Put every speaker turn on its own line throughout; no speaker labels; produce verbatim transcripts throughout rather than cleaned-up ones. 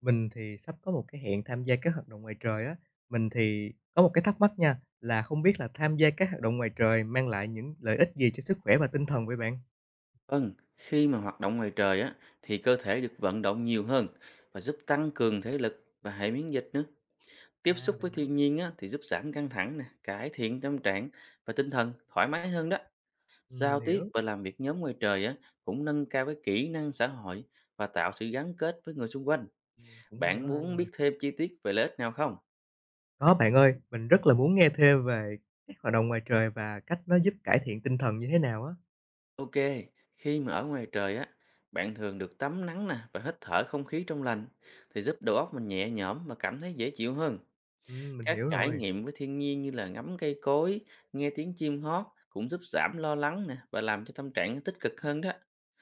Mình thì sắp có một cái hẹn tham gia các hoạt động ngoài trời á, mình thì có một cái thắc mắc nha, là không biết là tham gia các hoạt động ngoài trời mang lại những lợi ích gì cho sức khỏe và tinh thần vậy bạn?
Vâng, khi mà hoạt động ngoài trời á thì cơ thể được vận động nhiều hơn và giúp tăng cường thể lực và hệ miễn dịch nữa. Tiếp
À,
xúc
vậy
với
hả?
thiên nhiên á thì giúp giảm căng thẳng nè, cải thiện tâm trạng và tinh thần thoải mái hơn đó.
Ừm,
Giao
mình hiểu,
tiếp và làm việc nhóm ngoài trời á cũng nâng cao cái kỹ năng xã hội và tạo sự gắn kết với người xung quanh.
ừm, cũng hay
Bạn
quá
muốn
ha.
biết thêm chi tiết về lợi ích nào không?
Có bạn ơi, mình rất là muốn nghe thêm về các hoạt động ngoài trời và cách nó giúp cải thiện tinh thần như thế nào á.
Ok, khi mà ở ngoài trời á, bạn thường được tắm nắng nè và hít thở không khí trong lành thì giúp đầu óc mình nhẹ nhõm và cảm thấy dễ chịu hơn.
Ừm, mình
Các
hiểu
trải
rồi,
nghiệm với thiên nhiên như là ngắm cây cối, nghe tiếng chim hót cũng giúp giảm lo lắng nè và làm cho tâm trạng tích cực hơn đó.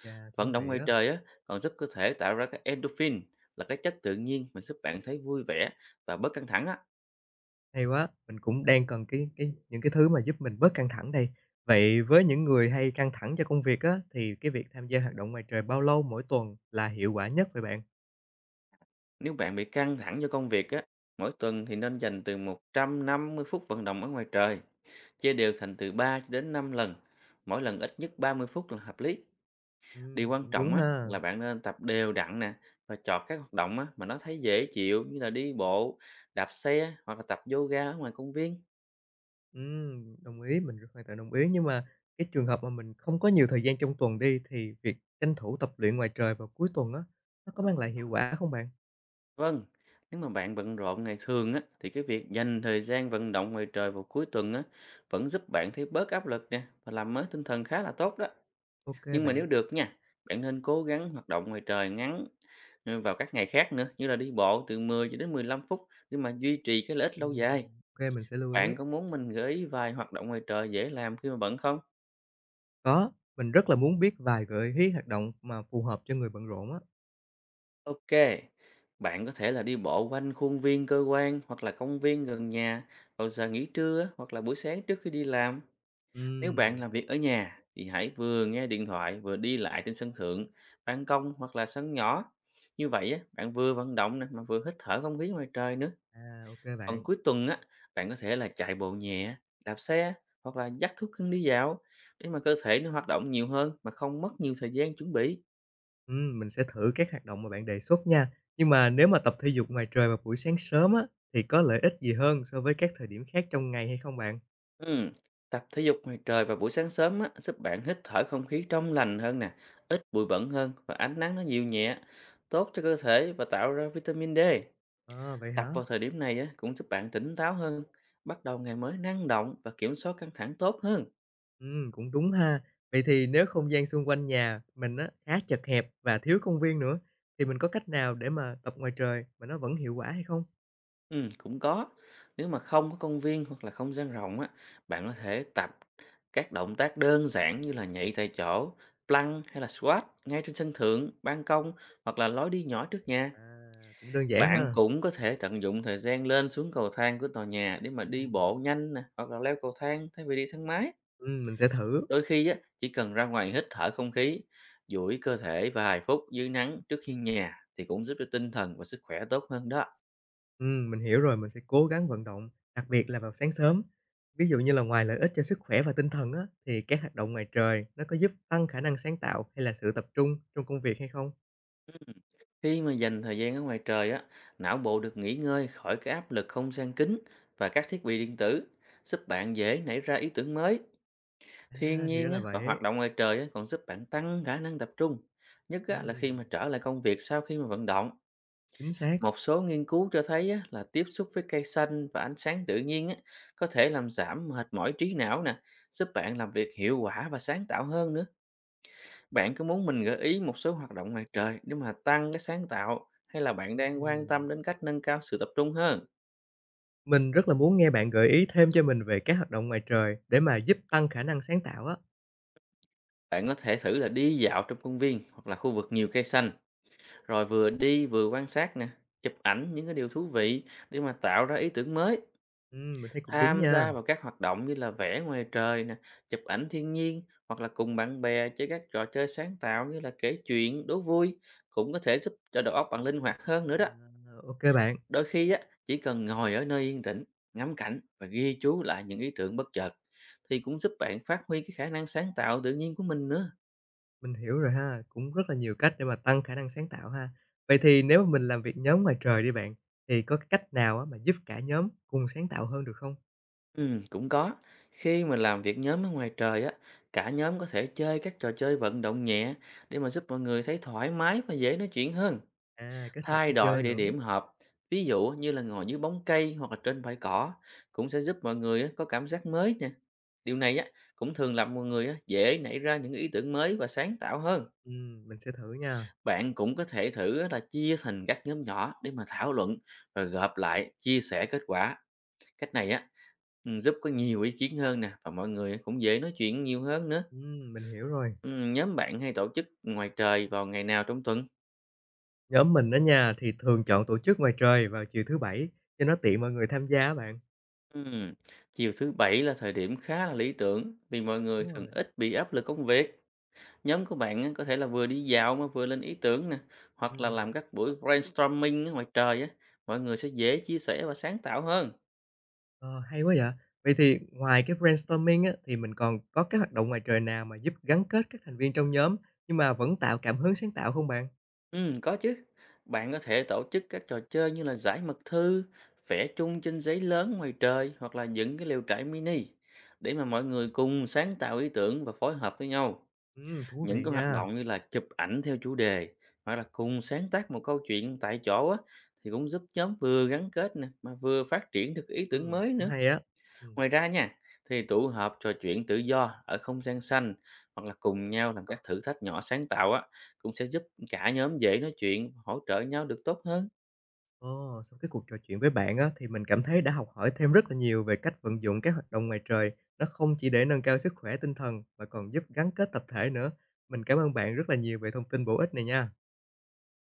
chà,
Vận
thú
động
vị
ngoài
á.
trời á còn giúp cơ thể tạo ra các endorphin là cái chất tự nhiên mà giúp bạn thấy vui vẻ và bớt căng thẳng á.
Hay quá, mình cũng đang cần cái cái những cái thứ mà giúp mình bớt căng thẳng đây. Vậy với những người hay căng thẳng cho công việc á, thì cái việc tham gia hoạt động ngoài trời bao lâu mỗi tuần là hiệu quả nhất vậy bạn?
Nếu bạn bị căng thẳng do công việc á, mỗi tuần thì nên dành từ một trăm năm mươi phút vận động ở ngoài trời, chia đều thành từ ba cho đến năm lần, mỗi lần ít nhất ba mươi phút là hợp lý. Điều
Ừm,
quan
cũng đúng
trọng á
ha.
là bạn nên tập đều đặn nè và chọn các hoạt động á mà nó thấy dễ chịu như là đi bộ, đạp xe hoặc là tập yoga ở ngoài công viên.
Ừm, đồng ý, mình hoàn toàn đồng ý. Nhưng mà cái trường hợp mà mình không có nhiều thời gian trong tuần đi, thì việc tranh thủ tập luyện ngoài trời vào cuối tuần á, nó có mang lại hiệu quả không bạn?
Vâng, nếu mà bạn bận rộn ngày thường á thì cái việc dành thời gian vận động ngoài trời vào cuối tuần á vẫn giúp bạn thấy bớt áp lực nè và làm mới tinh thần khá là tốt đó.
OK
Nhưng mà
bạn.
nếu được nha, bạn nên cố gắng hoạt động ngoài trời ngắn ừ, vào các ngày khác nữa như là đi bộ từ mười cho đến mười lăm phút để mà duy trì cái lợi ích lâu dài.
Ừm, OK, mình sẽ lưu ý.
Bạn có muốn mình gợi ý vài hoạt động ngoài trời dễ làm khi mà bận không?
Có, mình rất là muốn biết vài gợi ý hoạt động mà phù hợp cho người bận rộn á.
Ok, bạn có thể là đi bộ quanh khuôn viên cơ quan hoặc là công viên gần nhà vào giờ nghỉ trưa hoặc là buổi sáng trước khi đi làm. Nếu bạn
Ừm.
làm việc ở nhà thì hãy vừa nghe điện thoại vừa đi lại trên sân thượng, ban công hoặc là sân nhỏ. Như vậy á, bạn vừa vận động nè mà vừa hít thở không khí ngoài trời nữa.
À, ô bạn.
Còn cuối tuần á, bạn có thể là chạy bộ nhẹ, đạp xe hoặc là dắt thú cưng đi dạo để mà cơ thể nó hoạt động nhiều hơn mà không mất nhiều thời gian chuẩn bị.
Ừm, mình sẽ thử các hoạt động mà bạn đề xuất nha. Nhưng mà nếu mà tập thể dục ngoài trời vào buổi sáng sớm á, thì có lợi ích gì hơn so với các thời điểm khác trong ngày hay không bạn?
Ừm, Tập thể dục ngoài trời vào buổi sáng sớm á, giúp bạn hít thở không khí trong lành hơn nè, ít bụi bẩn hơn và ánh nắng nó nhiều nhẹ, tốt cho cơ thể và tạo ra vitamin D.
À, vậy
Tập
hả?
vào thời điểm này á, cũng giúp bạn tỉnh táo hơn, bắt đầu ngày mới năng động và kiểm soát căng thẳng tốt hơn.
Ừm, cũng đúng ha. Vậy thì nếu không gian xung quanh nhà mình á khá chật hẹp và thiếu công viên nữa, thì mình có cách nào để mà tập ngoài trời mà nó vẫn hiệu quả hay không?
Ừm, cũng có. Nếu mà không có công viên hoặc là không gian rộng á, bạn có thể tập các động tác đơn giản như là nhảy tại chỗ, plank hay là squat ngay trên sân thượng, ban công hoặc là lối đi nhỏ trước nhà.
À, cũng đơn giản
Bạn
ha.
cũng có thể tận dụng thời gian lên xuống cầu thang của tòa nhà để mà đi bộ
Ừm.
nhanh nè, hoặc là leo cầu thang thay vì đi thang máy.
Ừm, mình sẽ thử.
Đôi khi á, chỉ cần ra ngoài hít thở không khí, duỗi cơ thể vài phút dưới nắng trước hiên nhà thì cũng giúp cho tinh thần và sức khỏe tốt hơn đó.
Ừm, mình hiểu rồi, mình sẽ cố gắng vận động, đặc biệt là vào sáng sớm. Ví dụ như là ngoài lợi ích cho sức khỏe và tinh thần á, thì các hoạt động ngoài trời nó có giúp tăng khả năng sáng tạo hay là sự tập trung trong công việc hay không?
Khi mà dành thời gian ở ngoài trời á, não bộ được nghỉ ngơi khỏi cái áp lực không gian kính và các thiết bị điện tử, giúp bạn dễ nảy ra ý tưởng mới. Thiên
À, thì đó
nhiên
là
á, và hoạt
vậy.
động ngoài trời á, còn giúp bạn tăng khả năng tập trung, nhất á, là khi mà
Ừm,
trở lại công việc sau khi mà vận động.
chính xác.
Một số nghiên cứu cho thấy á, là tiếp xúc với cây xanh và ánh sáng tự nhiên á, có thể làm giảm mệt mỏi trí não nè, giúp bạn làm việc hiệu quả và sáng tạo hơn nữa. Bạn có muốn mình gợi ý một số hoạt động ngoài trời để mà tăng cái sáng tạo hay là bạn đang quan tâm
Ừm.
đến cách nâng cao sự tập trung hơn?
Mình rất là muốn nghe bạn gợi ý thêm cho mình về các hoạt động ngoài trời để mà giúp tăng khả năng sáng tạo á.
Bạn có thể thử là đi dạo trong công viên hoặc là khu vực nhiều cây xanh, rồi vừa đi vừa quan sát nè, chụp ảnh những cái điều thú vị để mà tạo ra ý tưởng mới.
Ừm, mình thấy cũng đúng
Tham gia
nha.
vào các hoạt động như là vẽ ngoài trời nè, chụp ảnh thiên nhiên hoặc là cùng bạn bè chơi các trò chơi sáng tạo như là kể chuyện, đố vui cũng có thể giúp cho đầu óc bạn linh hoạt hơn nữa
À,
đó.
ô bạn.
Đôi khi á, chỉ cần ngồi ở nơi yên tĩnh, ngắm cảnh và ghi chú lại những ý tưởng bất chợt thì cũng giúp bạn phát huy cái khả năng sáng tạo tự nhiên của mình nữa.
Mình hiểu rồi ha, cũng rất là nhiều cách để mà tăng khả năng sáng tạo ha. Vậy thì nếu mà mình làm việc nhóm ngoài trời đi bạn, thì có cái cách nào á mà giúp cả nhóm cùng sáng tạo hơn được không?
Ừ, cũng có. Khi mà làm việc nhóm ở ngoài trời á, cả nhóm có thể chơi các trò chơi vận động nhẹ để mà giúp mọi người thấy thoải mái và dễ nói chuyện hơn.
À, kết hợp
Thay
với chơi
đổi địa
nữa.
điểm họp, ví dụ như là ngồi dưới bóng cây hoặc là trên bãi cỏ cũng sẽ giúp mọi người á, có cảm giác mới nè. Điều này á cũng thường làm mọi người á, dễ nảy ra những ý tưởng mới và sáng tạo hơn.
Ừm, mình sẽ thử nha.
Bạn cũng có thể thử là chia thành các nhóm nhỏ để mà thảo luận và gộp lại, chia sẻ kết quả. Cách này á ừ, giúp có nhiều ý kiến hơn nè và mọi người cũng dễ nói chuyện nhiều hơn nữa.
Ừm, mình hiểu rồi.
Ừ, Nhóm bạn hay tổ chức ngoài trời vào ngày nào trong tuần?
Nhóm mình đó nha thì thường chọn tổ chức ngoài trời vào chiều thứ Bảy cho nó tiện mọi người tham gia á bạn.
Ừm, Chiều thứ bảy là thời điểm khá là lý tưởng vì mọi người
Đúng
thường
rồi.
ít bị áp lực công việc. Nhóm của bạn á, có thể là vừa đi dạo mà vừa lên ý tưởng nè, hoặc là làm
Ừm.
các buổi brainstorming ở ngoài trời á, mọi người sẽ dễ chia sẻ và sáng tạo hơn.
Ờ, hay quá vậy. Vậy thì ngoài cái brainstorming á, thì mình còn có cái hoạt động ngoài trời nào mà giúp gắn kết các thành viên trong nhóm nhưng mà vẫn tạo cảm hứng sáng tạo không bạn?
Ừm, có chứ. Bạn có thể tổ chức các trò chơi như là giải mật thư, vẽ chung trên giấy lớn ngoài trời hoặc là dựng cái lều trại mini để mà mọi người cùng sáng tạo ý tưởng và phối hợp với nhau.
Ừm, thú
Những
vị
cái hoạt
nha.
động như là chụp ảnh theo chủ đề hoặc là cùng sáng tác một câu chuyện tại chỗ á, thì cũng giúp nhóm vừa gắn kết nè mà vừa phát triển được ý tưởng
Ừm,
mới
cũng
nữa.
hay á. Ừm,
Ngoài ra nha, thì tụ họp trò chuyện tự do ở không gian xanh hoặc là cùng nhau làm các thử thách nhỏ sáng tạo á, cũng sẽ giúp cả nhóm dễ nói chuyện, hỗ trợ nhau được tốt hơn.
ồ, sau cái cuộc trò chuyện với bạn á, thì mình cảm thấy đã học hỏi thêm rất là nhiều về cách vận dụng các hoạt động ngoài trời. Nó không chỉ để nâng cao sức khỏe tinh thần mà còn giúp gắn kết tập thể nữa. Mình cảm ơn bạn rất là nhiều về thông tin bổ ích này nha.